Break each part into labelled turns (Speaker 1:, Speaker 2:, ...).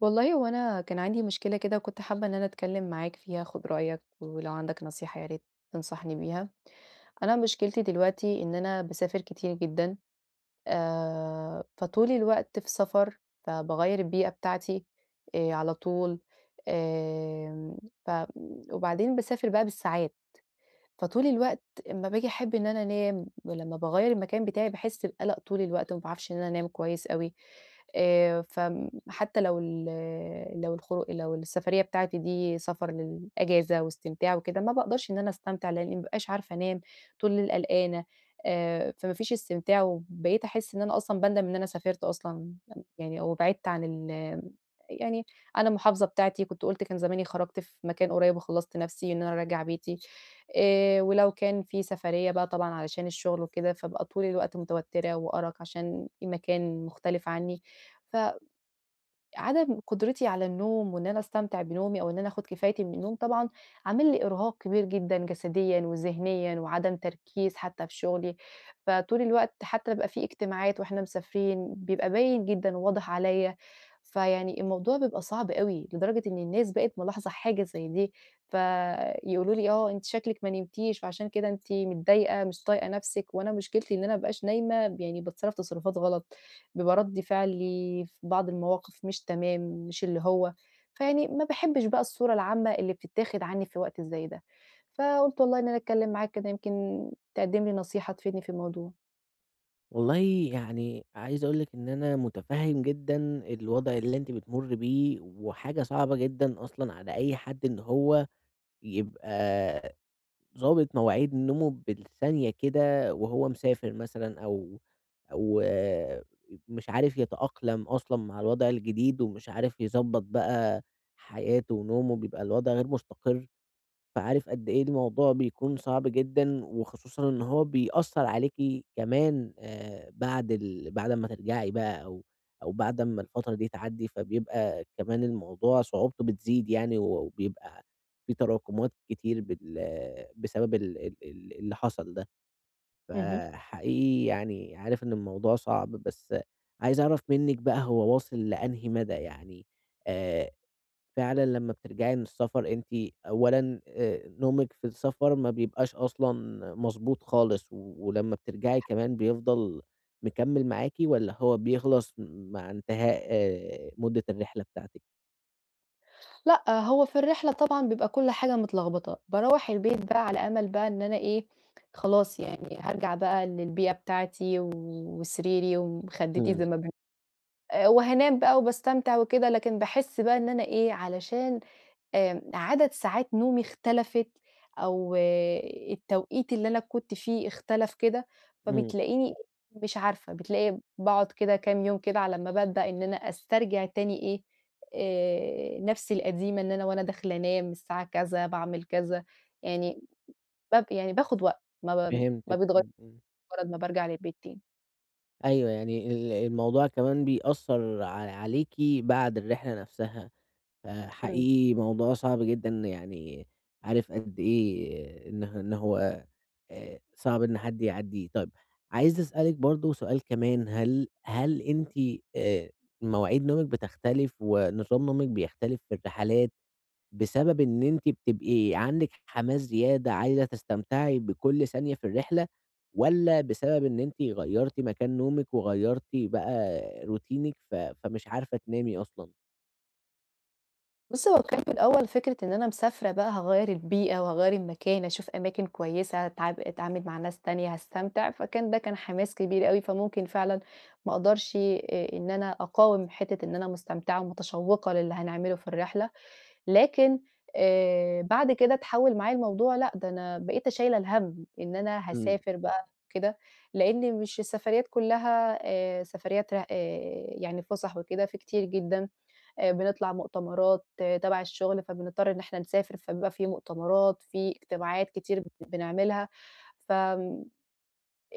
Speaker 1: والله هو أنا كان عندي مشكلة كده وكنت حابة إن أنا أتكلم معاك فيها، آخد رأيك ولو عندك نصيحة يا ريت تنصحني بيها. أنا مشكلتي دلوقتي إن أنا باسافر كتير جدًا، فطول الوقت في سفر، فباغيّر البيئة بتاعتي على طول، آمم ف وبعدين باسافر بقى بالساعات. فطول الوقت أمّا باجي أحب إن أنا أنام، ولمّا باغيّر المكان بتاعي باحس بقلق طول الوقت، وما باعرفش إن أنا أنام كويس أوي، فم حتى لو السفرية بتاعتي دي سفر للأجازة واستمتاع وكده، ما باقدرش إن أنا أستمتع لإني ما بابقاش عارفة أنام، طول الليل قلقانة، فما فيش استمتاع، وبقيت أحس إن أنا أصلًا باندم إن أنا سافرت أصلًا يعني أو بعدت عن ال يعني عن المحافظة بتاعتي، كنت قُلت كان زماني خرجت في مكان قريب وخلّصت نفسي إن أنا راجعة بيتي، ولو كان في سفرية بقى طبعًا علشان الشغل وكده، فابقى طول الوقت متوترة وأرق عشان في مكان مختلف عني، ف عدم قدرتي على النوم وإن أنا أستمتع بنومي أو إن أنا آخُد كفايتي من النوم طبعًا عامل لي إرهاق كبير جدًا جسديًا وذهنيًا وعدم تركيز حتى في شغلي، فطول الوقت حتى بيبقى في اجتماعات وإحنا مسافرين بيبقى باين جدًا وواضح عليّا، فيعني الموضوع بيبقى صعب أوي لدرجة إن الناس بقت ملاحظة حاجة زي دي، فيقولوا لي: "آه أنتِ شكلِك ما نمتيش فعشان كده أنتِ متضايقة مش طايقة نَفْسِك." وأنا مشكلتي إن أنا ما بابقاش نايمة يعني باتصرّف تصرفات غلط. بيبقى رَد فعلي في بعض المواقف مش تمام، مش اللي هو فيعني ما باحبش بقى الصورة العامة اللي بتتاخد عني في وقت زي ده، فقُلت والله إن أنا أتكلّم معاك كده يمكن تقدّم لي نصيحة تفيدني في الموضوع.
Speaker 2: والله يعني عايز أقول لِك إن أنا مُتفهِّم جدًا الوضع اللي أنتِ بتمُرّي بيه، وحاجة صعبة جدًا أصلًا على أي حد إن هو يبقى ضابط مواعيد نومه بالثانية كده وهو مسافر مثلًا أو مش عارف يتأقلم أصلًا مع الوضع الجديد ومش عارف يضبّط بقى حياته ونومه، بيبقى الوضع غير مستقر. فعارف قد إيه الموضوع بيكون صعب جدًا، وخصوصًا إن هو بيأثّر عليكِ كمان بعد أمّا ترجعي بقى أو بعد أمّا الفترة دي تعدّي، فبيبقى كمان الموضوع صعوبته بتزيد يعني، وبيبقى في تراكمات كتير بسبب ال ال ال اللي حصل ده.
Speaker 1: اهم.
Speaker 2: فحقيقي يعني عارف إن الموضوع صعب، بس عايز أعرف منِّك بقى هو واصل لأنهي مدى يعني آآ فعلًا لمّا بترجعي من السفر أنتِ أولًا نومِك في السفر ما بيبقاش أصلًا مضبوط خالص، و ولمّا بترجعي كمان بيفضل مكمّل معاكِ والّا هو بيخلص مع انتهاء مدة الرحلة بتاعتِك؟
Speaker 1: لأ، هو في الرحلة طبعًا بيبقى كل حاجة متلخبطة، باروّح البيت بقى على أمل بقى إن أنا إيه، خلاص يعني هارجع بقى للبيئة بتاعتي وسريري ومخدتي
Speaker 2: إمم،
Speaker 1: زي ما بن وهانام بقى وباستمتع وكده، لكن باحس بقى إن أنا إيه، علشان عدد ساعات نومي اختلفت أو آه، التوقيت اللي أنا كنت فيه اختلف كده،
Speaker 2: إمم،
Speaker 1: فبتلاقيني مش عارفة، بتلاقي باقعد كده كام يوم كده على ما بابدأ إن أنا أسترجع تاني إيه، نَفْسي القديمة إن أنا وأنا داخلة أنام الساعة كذا باعمل كذا، يعني باب يعني باخُد وقت، ما
Speaker 2: فهمتِك،
Speaker 1: بيتغيّرش
Speaker 2: إمم، إمم،
Speaker 1: مجرّد ما بارجع للبيت تاني.
Speaker 2: أيوه يعني الموضوع كمان بيأثّر عليكِ بعد الرحلة نفسها.
Speaker 1: إمم.
Speaker 2: فحقيقي موضوع صعب جدًا يعني عارف قد إيه إن هو صعب إن حد يعدّيه. طيب عايز أسألِك برضه سؤال كمان، هل أنتِ آآ مواعيد نومِك بتختلف ونظام نومِك بيختلف في الرحلات بسبب إن أنتِ بتبقي عندِك حماس زيادة عايزة تستمتعي بكل ثانية في الرحلة والّا بسبب إن أنتِ غيّرتِ مكان نومِك وغيّرتِ بقى روتينِك فمش عارفة تنامي أصلًا؟
Speaker 1: بُص، هو كان في الأول فكرة إن أنا مسافرة بقى هاغيّر البيئة وهاغيّر المكان، أشوف أماكن كويسة، أتعامل مع ناس تانية، هاستمتع، فكان ده كان حماس كبير أوي، فممكن فعلًا ما أقدرش إن أنا أقاوم حتّة إن أنا مستمتعة ومتشوّقة للي هنعمله في الرحلة، لكن بعد كده اتحوّل معايا الموضوع لأ، ده أنا بقيت شايلة الهَم إن أنا
Speaker 2: إمم،
Speaker 1: هاسافر بقى وكده، لإن مش السفريات كُلّها سفريات ر يعني فُسح وكده، في كتير جدًا بنطلع مؤتمرات آه، تبع الشغل، فبنضطر إن إحنا نسافر، فبيبقى في مؤتمرات، في اجتماعات كتير بنعملها، ف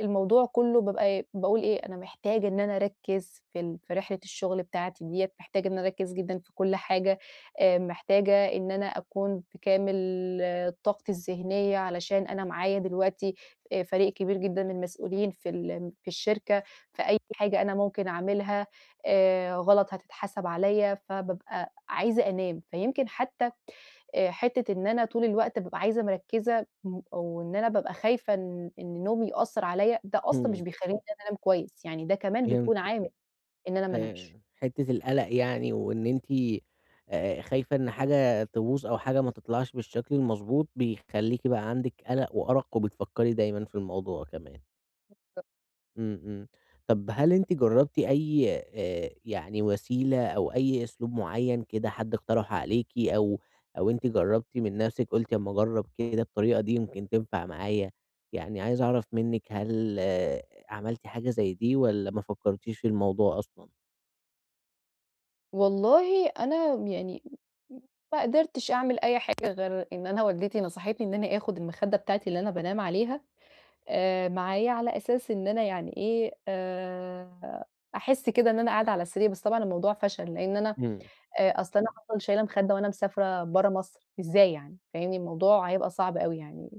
Speaker 1: الموضوع كله بابقى إيه، باقول إيه، أنا محتاجة إن أنا أركّز في رحلة الشغل بتاعتي ديّة، محتاجة إن أنا أركّز جدًا في كل حاجة، محتاجة إن أنا أكون بكامل آه، طاقتي الذهنية علشان أنا معايا دلوقتي فريق كبير جدًا من المسؤولين في الشركة، فأي حاجة أنا ممكن أعملها غلط هتتحسب عليّا، فبابقى عايزة أنام، فيمكن حتى حتّة إن أنا طول الوقت بابقى عايزة مركّزة، وإن أنا بابقى خايفة إن نومي يأثّر عليّا، ده أصلًا مش
Speaker 2: إمم،
Speaker 1: بيخلّيني إن أنا أنام كويس، يعني ده كمان
Speaker 2: فهمت.
Speaker 1: بيكون عامل إن أنا ما انامش.
Speaker 2: حتّة القلق يعني وإن أنتِ خايفة إن حاجة تبوظ أو حاجة ما تطلعش بالشكل المضبوط، بيخلّيكِ بقى عندِك قلق وأرق وبتفكّري دايمًا في الموضوع كمان. إمم، إمم. طَب هل أنتِ جرّبتِ أي يعني وسيلة أو أي أسلوب معيّن كده حد اقترحه عليكِ أو أنتِ جرّبتِ من نَفْسِك قُلتِ أمّا أجرّب كده الطريقة دي يمكن تنفع معايا؟ يعني عايز أعرف منِّك هل عملتِ حاجة زي دي والّا ما فكّرتيش في الموضوع أصلًا؟
Speaker 1: والله أنا يعني ما قدرتش أعمل أي حاجة غير إن أنا والدتي نصحتني إن أنا آخُد المخدة بتاعتي اللي أنا بانام عليها معايا على أساس إن أنا يعني إيه، أحس كده إن أنا قاعدة على السرير، بس طبعًا الموضوع فشل، لإن أنا
Speaker 2: إمم.
Speaker 1: أصل أنا هافضل شايلة مخدة وأنا مسافرة برّه مصر، إزاي يعني؟ فاهمني، الموضوع هيبقى صعب أوي يعني.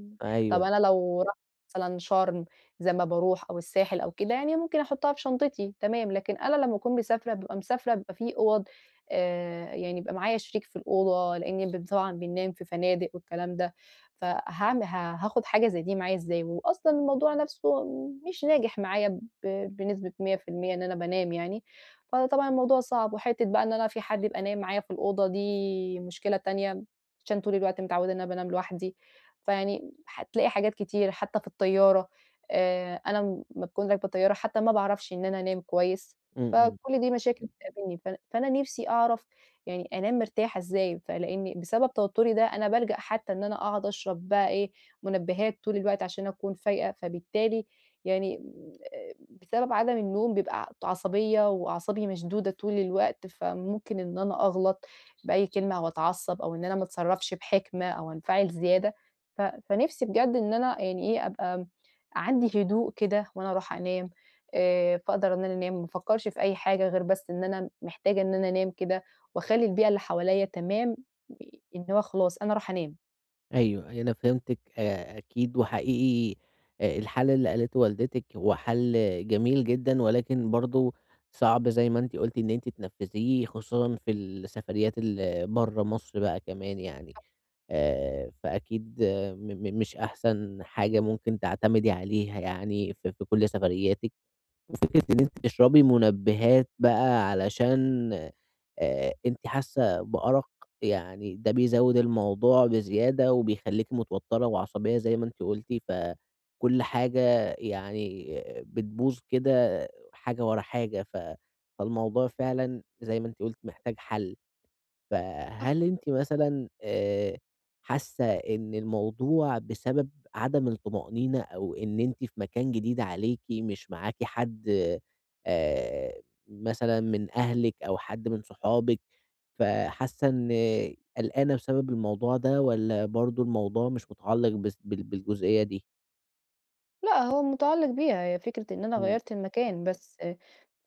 Speaker 1: طَب
Speaker 2: أيوه،
Speaker 1: أنا لو رُحت مثلًا شرم زي ما باروح أو الساحل أو كده، يعني ممكن أحطها في شنطتي تمام، لكن أنا لمّا أكون مسافرة بابقى مسافرة بيبقى في أوَض يعني بيبقى معايا شريك في الأوضة، لإني طبعًا بننام في فنادق والكلام ده، فهاعم ه هاخد حاجة زي دي معايا إزاي؟ وأصلًا الموضوع نَفْسه مش ناجح معايا بنسبة 100% إن أنا بانام يعني، فطبعًا الموضوع صعب، وحتّة بقى إن أنا في حد يبقى نايم معايا في الأوضة دي مشكلة تانية، عشان طول الوقت متعوّدة إن أنا بانام لوحدي، فيعني هتلاقي حاجات كتير حتّى في الطيارة، أنا أمّا باكون راكبة الطيارة حتّى ما باعرفش إن أنا أنام كويس،
Speaker 2: إمم، إمم،
Speaker 1: فكل دي مشاكل بتقابلني، فأنا نِفْسي أعرف يعني أنام مرتاحة إزاي، فلإن بسبب توتُّري ده أنا بالجأ حتّى إن أنا أقعد أشرب بقى إيه، منبهات طول الوقت عشان أكون فايقة، فبالتالي يعني بسبب عدم النوم بيبقى عصبية وأعصابي مشدودة طول الوقت، فممكن إن أنا أغلط بأي كلمة أو أتعصب أو إن أنا ما اتصرّفش بحِكمة أو أنفعل زيادة، ف فنِفْسي بجد إن أنا يعني إيه، أبقى عندي هدوء كده وأنا رايحة أنام فاقدر إن أنا أنام ما افكّرش في أي حاجة غير بس إن أنا محتاجة إن أنا أنام كده وأخلّي البيئة اللي حواليّا تمام إن هو خلاص أنا رايحة أنام.
Speaker 2: أيوه، أنا فهمتِك أكيد وحقيقي الحل اللي قالته والدتِك هو حل جميل جدًا، ولكن برضه صعب زي ما أنتِ قُلتِ إن أنتِ تنفّذيه، خصوصًا في السفريات اللي برّه مصر بقى كمان يعني، فأكيد م م مش أحسن حاجة ممكن تعتمدي عليها يعني في في كل سفرياتِك. وفكرة إن أنتِ تشربي منبهات بقى علشان أنتِ حاسة بأرق، يعني ده بيزوّد الموضوع بزيادة وبيخلّيكِ متوترة وعصبية زي ما أنتِ قُلتِ، فكل حاجة يعني بتبوظ كده حاجة ورا حاجة، فالموضوع فعلًا زي ما أنتِ قُلتِ محتاج حل. فهل أنتِ مثلًا حاسة إن الموضوع بسبب عدم الطمأنينة أو إن أنتِ في مكان جديد عليكِ، مش معاكِ حد آآ، مثلًا من أهلِك أو حد من صحابِك، فحاسة إن قلقانة بسبب الموضوع ده والّا برضه الموضوع مش متعلق بس بالجزئية دي؟
Speaker 1: لأ، هو متعلّق بيها، هي فكرة إن أنا
Speaker 2: إمم،
Speaker 1: غيّرت المكان بس، آه،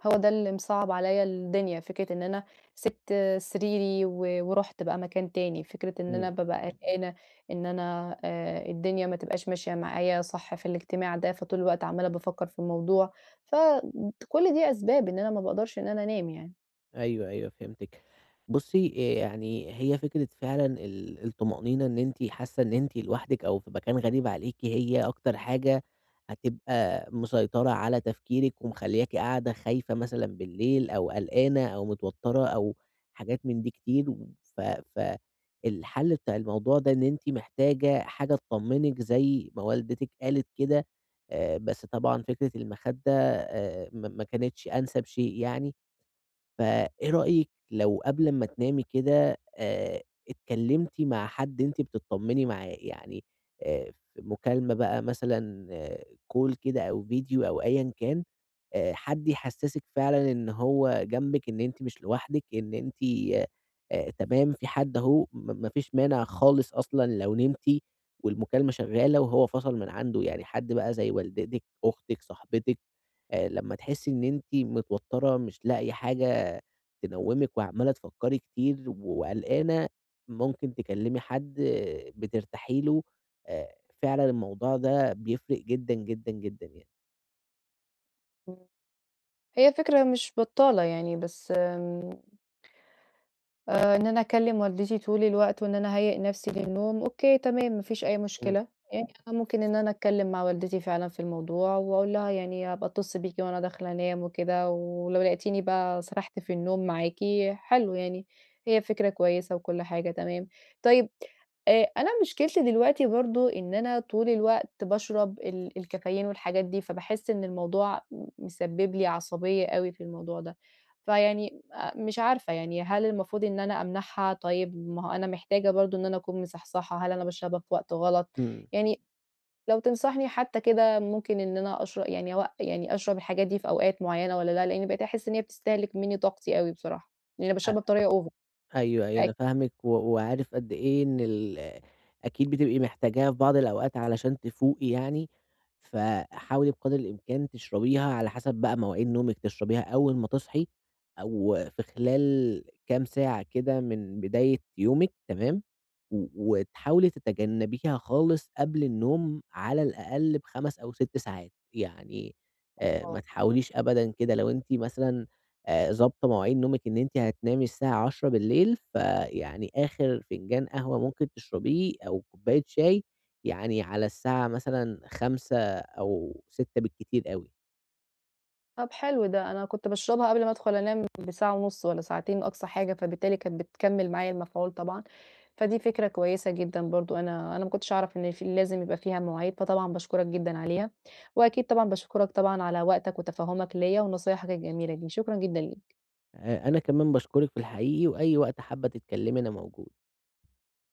Speaker 1: هو ده اللي مصعّب عليَّ الدنيا، فكرة إن أنا سِبت آه، سريري ورُحت بقى مكان تاني، فكرة إن أنا
Speaker 2: إمم.
Speaker 1: بابقى قلقانة إن أنا الدنيا ما تبقاش ماشية معايا صح في الاجتماع ده، فطول الوقت عمّالة بافكّر في الموضوع، ف كل دي أسباب إن أنا ما باقدرش إن أنا أنام يعني.
Speaker 2: أيوه، أيوه فهمتِك. بُصّي، يعني هي فكرة فعلًا الطمأنينة إن أنتِ حاسة إن أنتِ لوحدِك أو في مكان غريب عليكِ هي أكتر حاجة هتبقى مسيطرة على تفكيرِك ومخلّياكِ قاعدة خايفة مثلًا بالليل أو قلقانة أو متوتّرة أو حاجات من دي كتير و ف ف الحل بتاع الموضوع ده إن أنتِ محتاجة حاجة تطمّنِك زي ما والدتِك قالت كده، بس طبعًا فكرة المخدة ما كانتش أنسب شيء يعني. فإيه رأيِك لو قبل أمّا تنامي كده اتكلمتِ مع حد أنتِ بتطمني معاه، يعني آآ، في مكالمة بقى مثلًا call كده أو فيديو أو أيًا كان، حد يحسسِك فعلًا إن هو جنبِك، إن أنتِ مش لوحدِك، إن أنتِ تمام في حد أهو، ما فيش مانع خالص أصلًا لو نمتِ والمكالمة شغالة وهو فصل من عنده، يعني حد بقى زي والدتِك، أختِك، صاحبتِك. لمّا تحسّي إن أنتِ متوتّرة مش لاقية حاجة تنوّمِك وعمّالة تفكّري كتير وقلقانة، ممكن تكلّمي حد بترتاحي له، آآ فعلًا الموضوع ده بيفرق جدًا، جدًا، جدًا يعني.
Speaker 1: هي فكرة مش بطّالة يعني، بس آمم إن أنا أكلّم والدتي طول الوقت وإن أنا أهيّئ نَفْسي للنوم، أوكي تمام ما فيش أي
Speaker 2: إمم،
Speaker 1: مشكلة، يعني أنا ممكن إن أنا أتكلّم مع والدتي فعلًا في الموضوع وأقول لها يعني هابقى أتصل بيكِ وأنا داخلة أنام وكده، ولو لقيتيني بقى سرحت في النوم معاكِ حلو يعني، هي فكرة كويسة وكل حاجة تمام. طيب أنا مشكلتي دلوقتي برضه إن أنا طول الوقت باشرب الكافيين والحاجات دي، فباحس إن الموضوع مسبّب لي عصبية أوي في الموضوع ده، فيعني مش عارفة يعني هل المفروض إن أنا أمنعها؟ طيب ما هو أنا محتاجة برضه إن أنا أكون مصحصحة، هل أنا باشربها في وقت غلط؟
Speaker 2: إمم.
Speaker 1: يعني لو تنصحني حتى كده ممكن إن أنا أشرب الحاجات دي في أوقات معينة والّا لأ؟ لإني بقيت أحس إن هي بتستهلك منّي طاقتي أوي بصراحة، لإني أنا باشربها بطريقة over
Speaker 2: أيوه،
Speaker 1: ف
Speaker 2: أيوه، أنا فاهمِك وعارف قد إيه إن أكيد بتبقي محتاجاها في بعض الأوقات علشان تفوقي يعني، فحاولي بقدر الإمكان تشربيها على حسب بقى مواعيد نومِك، تشربيها أول ما تصحي أو في خلال كام ساعة كده من بداية يومِك تمام، وتحاولي تتجنبيها خالص قبل النوم على الأقل ب5 أو 6 ساعات، يعني ما تحاوليش أبدًا كده لو أنتِ مثلًا ضابطة مواعيد نومِك إن أنتِ هتنامي الساعة 22:00 فيعني آخر فنجان قهوة ممكن تشربيه أو كوباية شاي يعني على الساعة مثلًا 17:00 أو 18:00 بالكتير أوي.
Speaker 1: طب حلو ده، أنا كنت باشربها قبل ما أدخل أنام بساعة ونُص والّا ساعتين أقصى حاجة، فبالتالي كانت بتكمّل معايا المفعول طبعًا، فدي فكرة كويسة جدًا برضه، أنا ما كنتش أعرف إن في لازم يبقى فيها مواعيد، فطبعًا باشكرك جدًا عليها، وأكيد طبعًا باشكرك طبعًا على وقتك وتفهُّمك ليّا ونصايحك الجميلة دي، شكرًا جدًا ليك.
Speaker 2: أنا كمان باشكرِك في الحقيقي، وأي وقت حابة تتكلمي أنا موجود.